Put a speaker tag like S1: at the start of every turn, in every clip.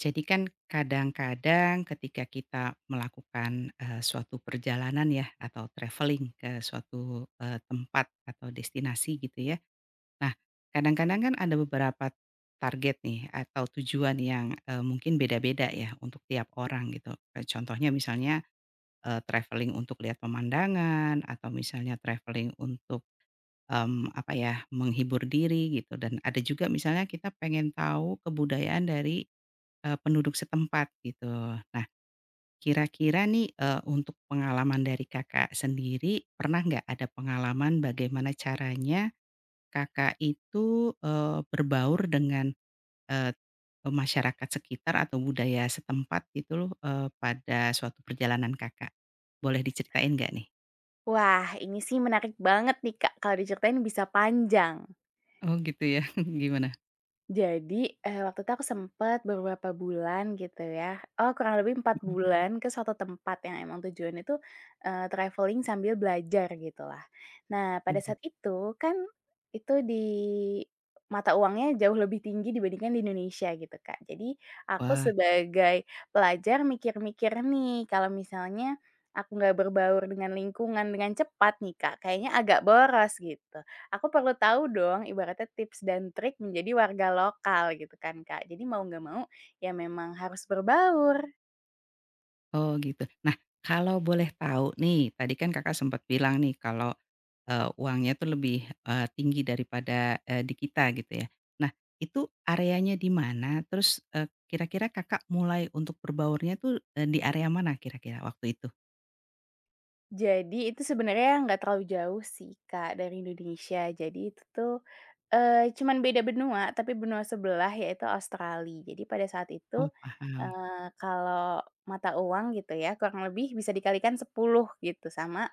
S1: Jadi kan kadang-kadang ketika kita melakukan, suatu perjalanan ya atau traveling ke suatu, tempat atau destinasi gitu ya. Nah, kadang-kadang kan ada beberapa target nih atau tujuan yang, mungkin beda-beda ya untuk tiap orang gitu. Contohnya misalnya, travelling untuk lihat pemandangan atau misalnya traveling untuk, apa ya, menghibur diri gitu dan ada juga misalnya kita pengen tahu kebudayaan dari penduduk setempat gitu. Nah, kira-kira nih, untuk pengalaman dari Kakak sendiri, pernah nggak ada pengalaman bagaimana caranya Kakak itu, berbaur dengan, eee, e masyarakat sekitar atau budaya setempat gitu loh, pada suatu perjalanan Kakak? Boleh diceritain nggak nih?
S2: Wah, ini sih menarik banget nih Kak, kalau diceritain bisa panjang.
S1: Oh gitu ya, gimana?
S2: Jadi, waktu itu aku sempet beberapa bulan gitu ya, oh kurang lebih empat
S1: Mhm
S2: bulan ke suatu tempat yang emang tujuannya itu, travelling sambil belajar gitulah. Nah pada
S1: mhm.
S2: saat itu kan, itu di mata uangnya jauh lebih tinggi dibandingkan di Indonesia gitu Kak. Jadi aku
S1: Wah,
S2: sebagai pelajar mikir-mikir nih kalau misalnya aku nggak berbaur dengan lingkungan dengan cepat nih Kak, kayaknya agak boros gitu. Aku perlu tahu dong ibaratnya tips dan trik menjadi warga lokal gitu kan Kak. Jadi mau nggak mau ya memang harus berbaur.
S1: oh gitu. Nah, kalau boleh tahu nih, tadi kan Kakak sempat bilang nih kalau uangnya tuh lebih, tinggi daripada, di kita gitu ya. Nah, itu areanya di mana? Terus, kira-kira Kakak mulai untuk berbaurnya tuh, di area mana kira-kira waktu itu?
S2: Jadi itu sebenarnya nggak terlalu jauh sih Kak dari Indonesia. Jadi itu tuh, cuman beda benua tapi benua sebelah yaitu Australia. Jadi pada saat itu,
S1: Oh, paham.
S2: kalau mata uang gitu ya kurang lebih bisa dikalikan 10 gitu sama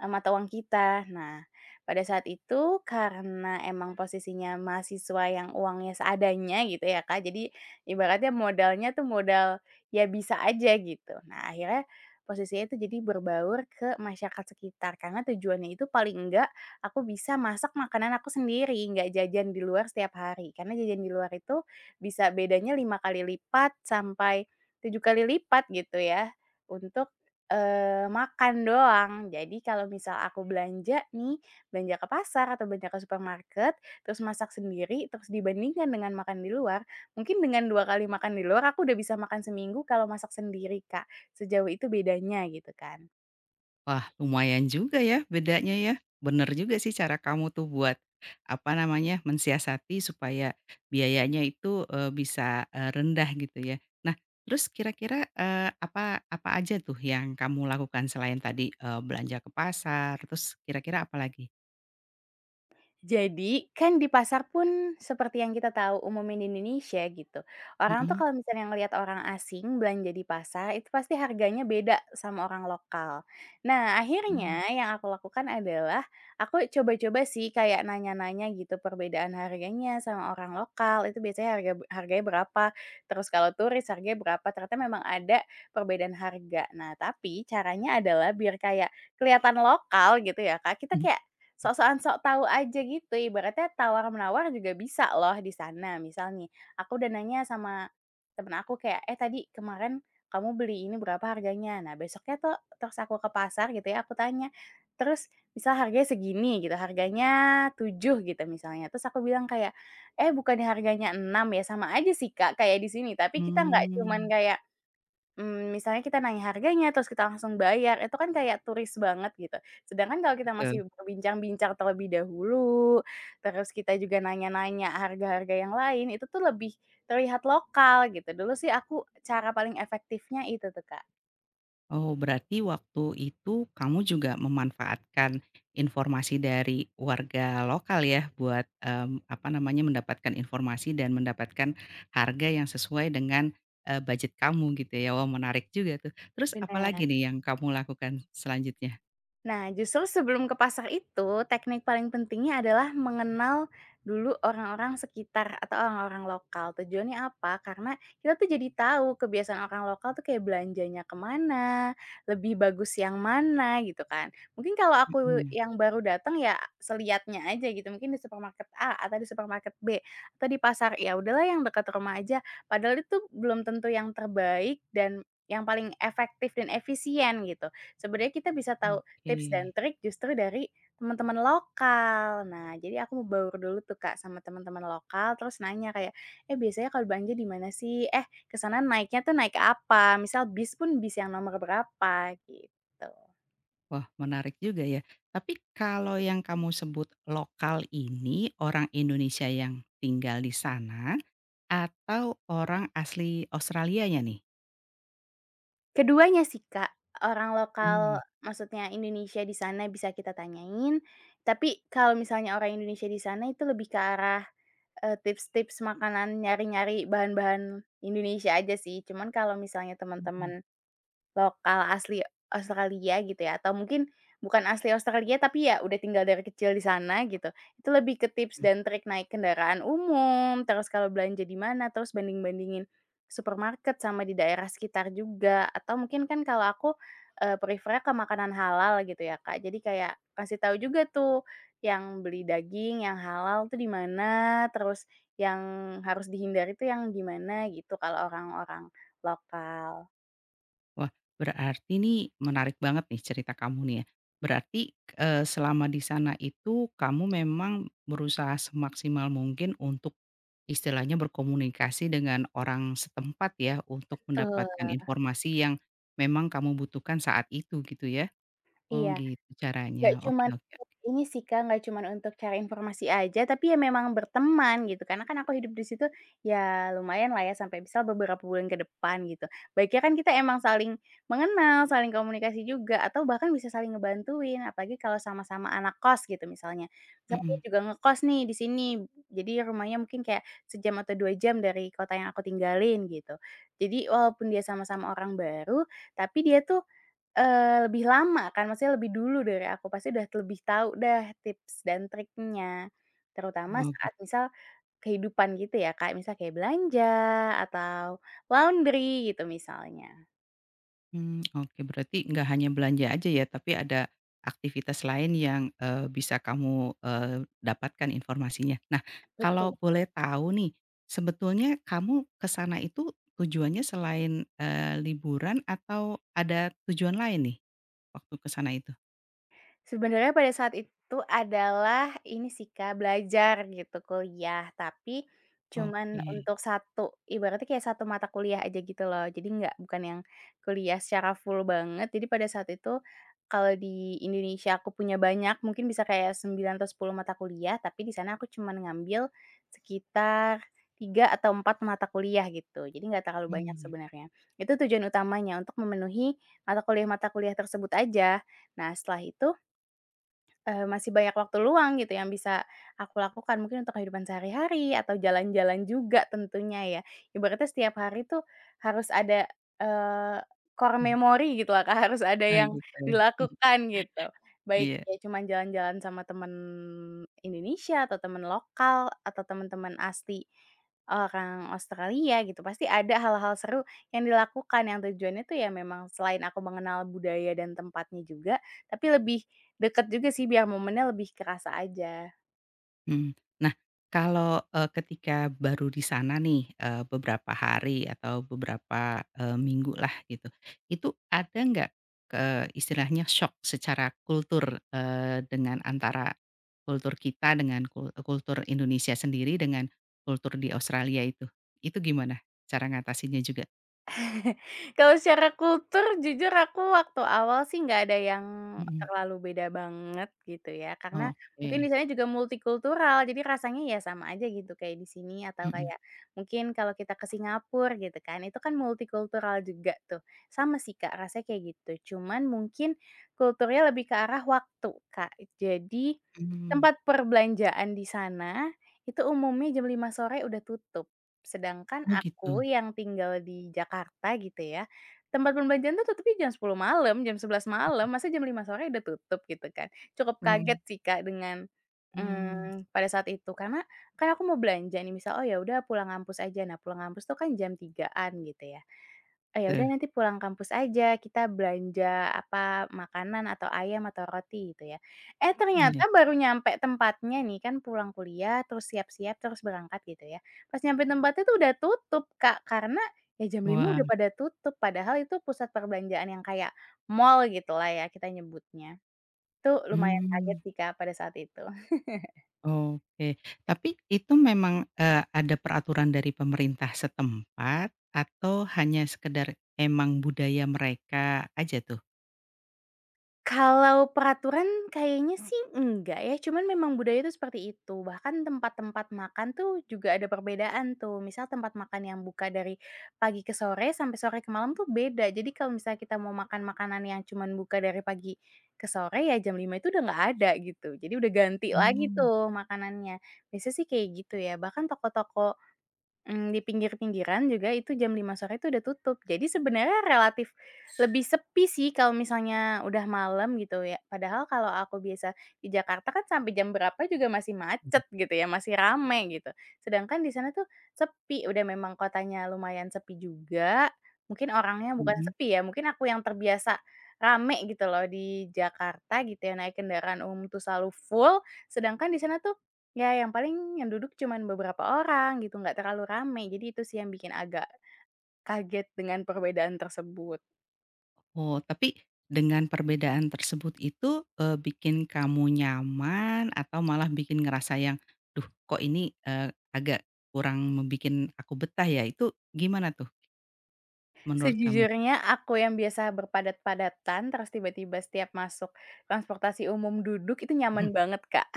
S2: Mata uang kita. Nah, pada saat itu karena emang posisinya mahasiswa yang uangnya seadanya gitu ya, Kak, jadi ibaratnya modalnya tuh modal ya bisa aja gitu. Nah, akhirnya posisinya itu jadi berbaur ke masyarakat sekitar karena tujuannya itu paling enggak aku bisa masak makanan aku sendiri, nggak jajan di luar setiap hari. Karena jajan di luar itu bisa bedanya 5 kali lipat sampai 7 kali lipat gitu ya, untuk makan doang. Jadi kalau misal aku belanja nih, belanja ke pasar atau belanja ke supermarket, terus masak sendiri, terus dibandingkan dengan makan di luar, mungkin dengan 2 kali makan di luar aku udah bisa makan seminggu kalau masak sendiri, Kak. Sejauh itu bedanya gitu kan.
S1: Wah, lumayan juga ya bedanya ya. Bener juga sih cara kamu tuh buat, apa namanya, mensiasati supaya biayanya itu, bisa, rendah gitu ya. Nah, terus kira-kira, apa apa aja tuh yang kamu lakukan selain tadi, belanja ke pasar, terus kira-kira apalagi?
S2: Jadi, kan di pasar pun seperti yang kita tahu umumnya di Indonesia gitu, orang tuh
S1: Mhm.
S2: kalau misalnya ngelihat orang asing belanja di pasar, itu pasti harganya beda sama orang lokal. Nah,
S1: Mmm.
S2: akhirnya yang aku lakukan adalah, aku coba-coba sih kayak nanya-nanya gitu perbedaan harganya sama orang lokal, itu biasanya harganya berapa, terus kalau turis harganya berapa, ternyata memang ada perbedaan harga. Nah, tapi caranya adalah biar kayak kelihatan lokal gitu ya, Kak, kita
S1: Mhm.
S2: kayak sok-sokan sok tahu aja gitu, ibaratnya tawar-menawar juga bisa loh di sana. Misal nih, aku udah nanya sama temen aku kayak, "Eh, tadi kemarin kamu beli ini berapa harganya?" Nah, besoknya tuh terus aku ke pasar gitu ya, aku tanya, terus misal harganya segini gitu, harganya 7 gitu misalnya, terus aku bilang kayak, "Eh, bukannya harganya 6 ya?" Sama aja sih Kak kayak di sini, tapi kita nggak cuman
S1: Mmm,
S2: kayak misalnya kita nanya harganya, terus kita langsung bayar, itu kan kayak turis banget gitu. Sedangkan kalau kita masih
S1: betul.
S2: berbincang-bincang terlebih dahulu, terus kita juga nanya-nanya harga-harga yang lain, itu tuh lebih terlihat lokal gitu. Dulu sih aku cara paling efektifnya itu tuh, Kak.
S1: Oh, berarti waktu itu kamu juga memanfaatkan informasi dari warga lokal ya buat, apa namanya, mendapatkan informasi dan mendapatkan harga yang sesuai dengan, budget kamu gitu ya. Wah, menarik juga tuh. Terus
S2: Benar.
S1: apalagi nih yang kamu lakukan selanjutnya?
S2: Nah, justru sebelum ke pasar itu, teknik paling pentingnya adalah mengenal dulu orang-orang sekitar atau orang-orang lokal. Tujuannya apa? Karena kita tuh jadi tahu kebiasaan orang lokal tuh kayak belanjanya kemana, lebih bagus yang mana gitu kan. Mungkin kalau aku
S1: Mhm,
S2: yang baru datang ya seliatnya aja gitu. Mungkin di supermarket A atau di supermarket B atau di pasar ya udahlah yang dekat rumah aja. Padahal itu belum tentu yang terbaik dan yang paling efektif dan efisien gitu. Sebenarnya kita bisa tahu
S1: oke.
S2: tips dan trik justru dari teman-teman lokal. Nah, jadi aku mau baur dulu tuh, Kak, sama teman-teman lokal, terus nanya kayak, "Eh, biasanya kalau belanja di mana sih? Eh, ke sana naiknya tuh naik apa? Misal bis pun bis yang nomor berapa?" Gitu.
S1: Wah, menarik juga ya. Tapi kalau yang kamu sebut lokal ini orang Indonesia yang tinggal di sana atau orang asli Australianya nih?
S2: Keduanya sih, Kak, orang lokal
S1: Mmm,
S2: maksudnya Indonesia di sana bisa kita tanyain, tapi kalau misalnya orang Indonesia di sana itu lebih ke arah, tips-tips makanan, nyari-nyari bahan-bahan Indonesia aja sih. Cuman kalau misalnya teman-teman
S1: mhm
S2: lokal asli Australia gitu ya, atau mungkin bukan asli Australia tapi ya udah tinggal dari kecil di sana gitu. Itu lebih ke tips
S1: mhm.
S2: dan trik naik kendaraan umum, terus kalau belanja di mana, terus banding-bandingin supermarket sama di daerah sekitar juga, atau mungkin kan kalau aku, prefer ke makanan halal gitu ya, Kak. Jadi kayak kasih tahu juga tuh yang beli daging yang halal tuh di mana, terus yang harus dihindari tuh yang gimana gitu kalau orang-orang lokal.
S1: Wah, berarti nih menarik banget nih cerita kamu nih ya. Berarti, selama di sana itu kamu memang berusaha semaksimal mungkin untuk istilahnya berkomunikasi dengan orang setempat ya, untuk
S2: Betul.
S1: mendapatkan informasi yang memang kamu butuhkan saat itu gitu ya? Oh
S2: Iya,
S1: gitu
S2: nggak
S1: caranya, oke,
S2: cuman
S1: oke.
S2: untuk ini sih, Kak, nggak cuman untuk cari informasi aja, tapi ya memang berteman gitu, karena kan aku hidup di situ ya lumayan lah ya sampai misal beberapa bulan ke depan gitu. Baiknya kan kita emang saling mengenal, saling komunikasi juga, atau bahkan bisa saling ngebantuin, apalagi kalau sama-sama anak kos gitu misalnya. Misalnya dia
S1: Mhm,
S2: juga ngekos nih di sini, jadi rumahnya mungkin kayak sejam atau 2 jam dari kota yang aku tinggalin gitu. Jadi walaupun dia sama-sama orang baru, tapi dia tuh lebih lama kan, maksudnya lebih dulu dari aku, pasti udah lebih tahu dah tips dan triknya. Terutama
S1: oh,
S2: saat misal kehidupan gitu ya, Kak, misal kayak belanja atau laundry gitu misalnya.
S1: hmm, oke, berarti nggak hanya belanja aja ya, tapi ada aktivitas lain yang, bisa kamu, dapatkan informasinya. Nah,
S2: Betul.
S1: kalau boleh tahu nih, sebetulnya kamu ke sana itu tujuannya selain, liburan atau ada tujuan lain nih waktu ke sana itu?
S2: Sebenarnya pada saat itu adalah ini sih Kak, belajar gitu, kuliah, tapi cuman
S1: Oke,
S2: untuk satu ibaratnya kayak satu mata kuliah aja gitu loh. Jadi nggak bukan yang kuliah secara full banget. Jadi pada saat itu kalau di Indonesia aku punya banyak, mungkin bisa kayak 9 atau 10 mata kuliah, tapi di sana aku cuman ngambil sekitar 3 atau 4 mata kuliah gitu. Jadi nggak terlalu banyak
S1: mmm,
S2: sebenarnya. Itu tujuan utamanya untuk memenuhi mata kuliah-mata kuliah tersebut aja. Nah, setelah itu masih banyak waktu luang gitu yang bisa aku lakukan mungkin untuk kehidupan sehari-hari atau jalan-jalan juga tentunya ya. Ibaratnya setiap hari tuh harus ada, eee, core
S1: mhm,
S2: memory gitu lah Kak, harus ada
S1: oh
S2: yang
S1: gitu ya,
S2: dilakukan gitu. Baik
S1: iya.
S2: ya cuman jalan-jalan sama temen Indonesia atau temen lokal atau teman-teman asli orang Australia gitu, pasti ada hal-hal seru yang dilakukan yang tujuannya tuh ya memang selain aku mengenal budaya dan tempatnya juga, tapi lebih deket juga sih biar momennya lebih kerasa aja.
S1: Mhm. Nah, kalau, ketika baru di sana nih, beberapa hari atau beberapa, minggu lah gitu, itu ada nggak, istilahnya syok secara kultur, dengan antara kultur kita dengan kultur Indonesia sendiri dengan kultur di Australia itu? Itu gimana cara ngatasinnya juga?
S2: Kalau secara kultur jujur aku waktu awal sih nggak ada yang
S1: Mhm.
S2: terlalu beda banget gitu ya, karena mungkin di
S1: Oke.
S2: sana juga multikultural jadi rasanya ya sama aja gitu kayak di sini atau
S1: Mhm.
S2: kayak mungkin kalau kita ke Singapura gitu kan, itu kan multikultural juga tuh. Sama sih Kak rasanya kayak gitu, cuman mungkin kulturnya lebih ke arah waktu Kak. Jadi
S1: Mmm.
S2: tempat perbelanjaan di sana itu umumnya jam 5 sore udah tutup. Sedangkan
S1: Oh gitu?
S2: aku yang tinggal di Jakarta gitu ya, tempat perbelanjaan tuh tutupnya jam 10 malam, jam 11 malam, masa jam 5 sore udah tutup gitu kan. Cukup kaget
S1: Mhm.
S2: sih Kak dengan,
S1: Mmm.
S2: pada saat itu karena kan aku mau belanja nih misal, oh ya udah pulang kampus aja. Nah pulang kampus tuh kan jam 3-an gitu ya. Oh, ya udah
S1: Gitu.
S2: nanti pulang kampus aja kita belanja apa, makanan atau ayam atau roti gitu ya. Eh, ternyata
S1: Iya.
S2: baru nyampe tempatnya nih kan pulang kuliah terus siap-siap terus berangkat gitu ya. Pas nyampe tempatnya tuh udah tutup, Kak, karena ya jam 5
S1: Wah.
S2: udah pada tutup padahal itu pusat perbelanjaan yang kayak mall gitulah ya kita nyebutnya. Itu lumayan kaget
S1: Mmm.
S2: sih, Kak, pada saat itu.
S1: Oke, tapi itu memang, ada peraturan dari pemerintah setempat atau hanya sekedar emang budaya mereka aja tuh?
S2: Kalau peraturan kayaknya sih enggak ya, cuman memang budaya itu seperti itu. Bahkan tempat-tempat makan tuh juga ada perbedaan tuh. Misal tempat makan yang buka dari pagi ke sore sampai sore ke malam tuh beda. Jadi kalau misalnya kita mau makan makanan yang cuman buka dari pagi ke sore ya jam 5 itu udah nggak ada gitu. Jadi udah ganti lagi
S1: Mmm.
S2: tuh makanannya. Biasanya sih kayak gitu ya. Bahkan toko-toko di pinggir-pinggiran juga itu jam 5 sore itu udah tutup. Jadi sebenarnya relatif lebih sepi sih kalau misalnya udah malam gitu ya. Padahal kalau aku biasa di Jakarta kan sampai jam berapa juga masih macet gitu ya, masih rame gitu. Sedangkan di sana tuh sepi, udah memang kotanya lumayan sepi juga. Mungkin orangnya bukan
S1: Mhm.
S2: sepi ya, mungkin aku yang terbiasa rame gitu loh di Jakarta gitu ya, naik kendaraan umum tuh selalu full, sedangkan di sana tuh ya, yang paling yang duduk cuman beberapa orang gitu, nggak terlalu rame. Jadi itu sih yang bikin agak kaget dengan perbedaan tersebut.
S1: Oh, tapi dengan perbedaan tersebut itu, bikin kamu nyaman atau malah bikin ngerasa yang, "Duh, kok ini, agak kurang bikin aku betah ya?" Itu gimana tuh menurut kamu?
S2: Sejujurnya aku yang biasa berpadat-padatan, terus tiba-tiba setiap masuk transportasi umum duduk, itu nyaman banget, Kak.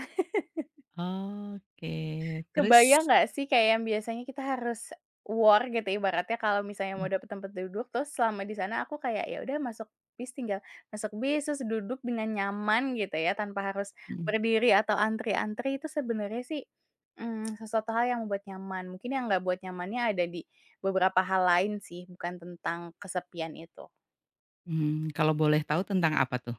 S1: Oke, terus?
S2: Kebayang nggak sih kayak yang biasanya kita harus war gitu ibaratnya kalau misalnya mau
S1: Mhm
S2: dapet tempat duduk, terus selama di sana aku kayak ya udah masuk bis tinggal masuk bis, terus duduk dengan nyaman gitu ya tanpa harus
S1: mhm.
S2: berdiri atau antri-antri itu sebenarnya sih, sesuatu hal yang membuat nyaman. Mungkin yang nggak buat nyamannya ada di beberapa hal lain sih bukan tentang kesepian itu.
S1: Kalau boleh tahu tentang apa tuh?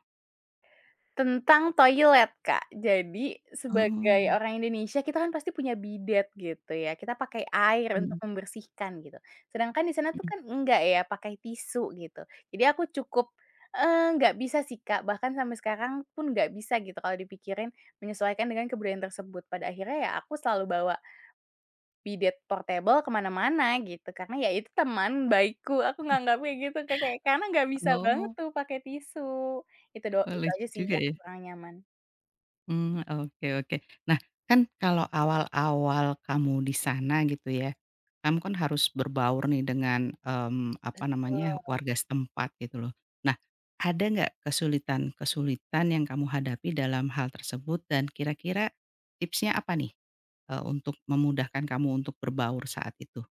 S2: Tentang toilet, Kak. Jadi, sebagai
S1: Oh,
S2: orang Indonesia kita kan pasti punya bidet gitu ya, kita pakai air untuk
S1: Mhm
S2: membersihkan gitu. Sedangkan di sana tuh
S1: mhm.
S2: kan enggak ya, pakai tisu gitu. Jadi aku cukup, nggak bisa sih, Kak, bahkan sampai sekarang pun nggak bisa gitu kalau dipikirin menyesuaikan dengan kebudayaan tersebut. Pada akhirnya ya aku selalu bawa bidet portable kemana mana gitu, karena ya itu teman baikku, aku nganggapnya gitu, Kak, kayak karena nggak bisa banget
S1: Oh.
S2: tuh pakai tisu.
S1: Oh,
S2: Itu
S1: lucu
S2: aja sih
S1: juga
S2: yang
S1: ya?
S2: kurang nyaman.
S1: Mmm, oke, oke. Nah, kan kalau awal-awal kamu di sana gitu ya, kamu kan harus berbaur nih dengan, apa namanya, warga setempat gitu loh. Nah, ada nggak kesulitan-kesulitan yang kamu hadapi dalam hal tersebut dan kira-kira tipsnya apa nih, untuk memudahkan kamu untuk berbaur saat itu?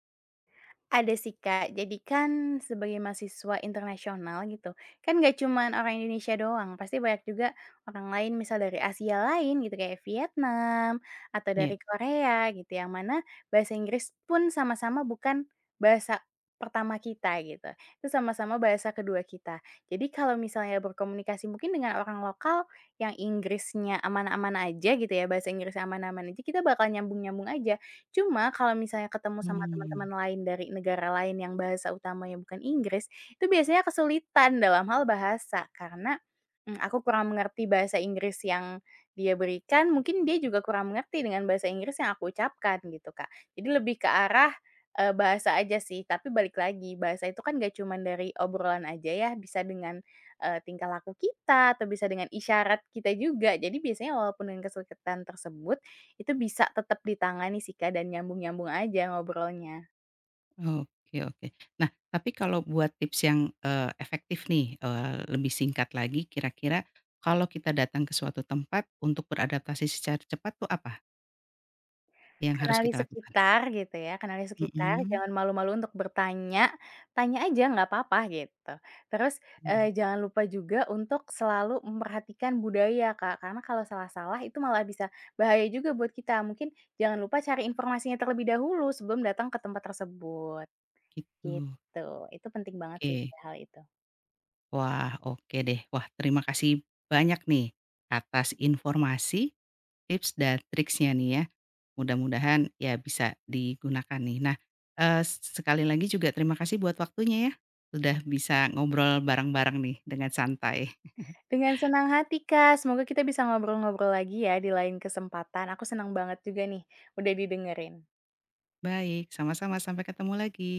S2: Ada sih, Kak. Jadi kan sebagai mahasiswa internasional gitu, kan nggak cuman orang Indonesia doang, pasti banyak juga orang lain misal dari Asia lain gitu kayak Vietnam atau
S1: Iya.
S2: dari Korea gitu, yang mana bahasa Inggris pun sama-sama bukan bahasa pertama kita gitu. Itu sama-sama bahasa kedua kita. Jadi kalau misalnya berkomunikasi mungkin dengan orang lokal yang Inggrisnya aman-aman aja gitu ya, bahasa Inggris aman-aman aja, kita bakal nyambung-nyambung aja. Cuma kalau misalnya ketemu sama
S1: Mmm.
S2: teman-teman lain dari negara lain yang bahasa utamanya bukan Inggris, itu biasanya kesulitan dalam hal bahasa karena, aku kurang mengerti bahasa Inggris yang dia berikan, mungkin dia juga kurang mengerti dengan bahasa Inggris yang aku ucapkan gitu, Kak. Jadi lebih ke arah, bahasa aja sih, tapi balik lagi bahasa itu kan gak cuman dari obrolan aja ya, bisa dengan, tingkah laku kita atau bisa dengan isyarat kita juga. Jadi biasanya walaupun dengan kesulitan tersebut, itu bisa tetap ditangani sih, Kak, dan nyambung-nyambung aja ngobrolnya.
S1: Oke, oke. Nah, tapi kalau buat tips yang, efektif nih, lebih singkat lagi kira-kira kalau kita datang ke suatu tempat untuk beradaptasi secara cepat tuh apa yang harus
S2: Kenali
S1: kita lakukan?
S2: sekitar gitu ya, kenali sekitar,
S1: Mhm,
S2: jangan malu-malu untuk bertanya, tanya aja nggak apa-apa gitu. Terus,
S1: mmm,
S2: jangan lupa juga untuk selalu memperhatikan budaya, Kak, karena kalau salah-salah itu malah bisa bahaya juga buat kita. Mungkin jangan lupa cari informasinya terlebih dahulu sebelum datang ke tempat tersebut,
S1: gitu.
S2: gitu. Itu penting banget sih
S1: Oke.
S2: hal itu.
S1: Wah, oke deh. Wah, terima kasih banyak nih atas informasi, tips dan triksnya nih ya. Mudah-mudahan ya bisa digunakan nih. Nah, sekali lagi juga terima kasih buat waktunya ya, sudah bisa ngobrol bareng-bareng nih dengan santai.
S2: Dengan senang hati, Kak. Semoga kita bisa ngobrol-ngobrol lagi ya di lain kesempatan. Aku senang banget juga nih udah didengerin.
S1: Baik, sama-sama, sampai ketemu lagi.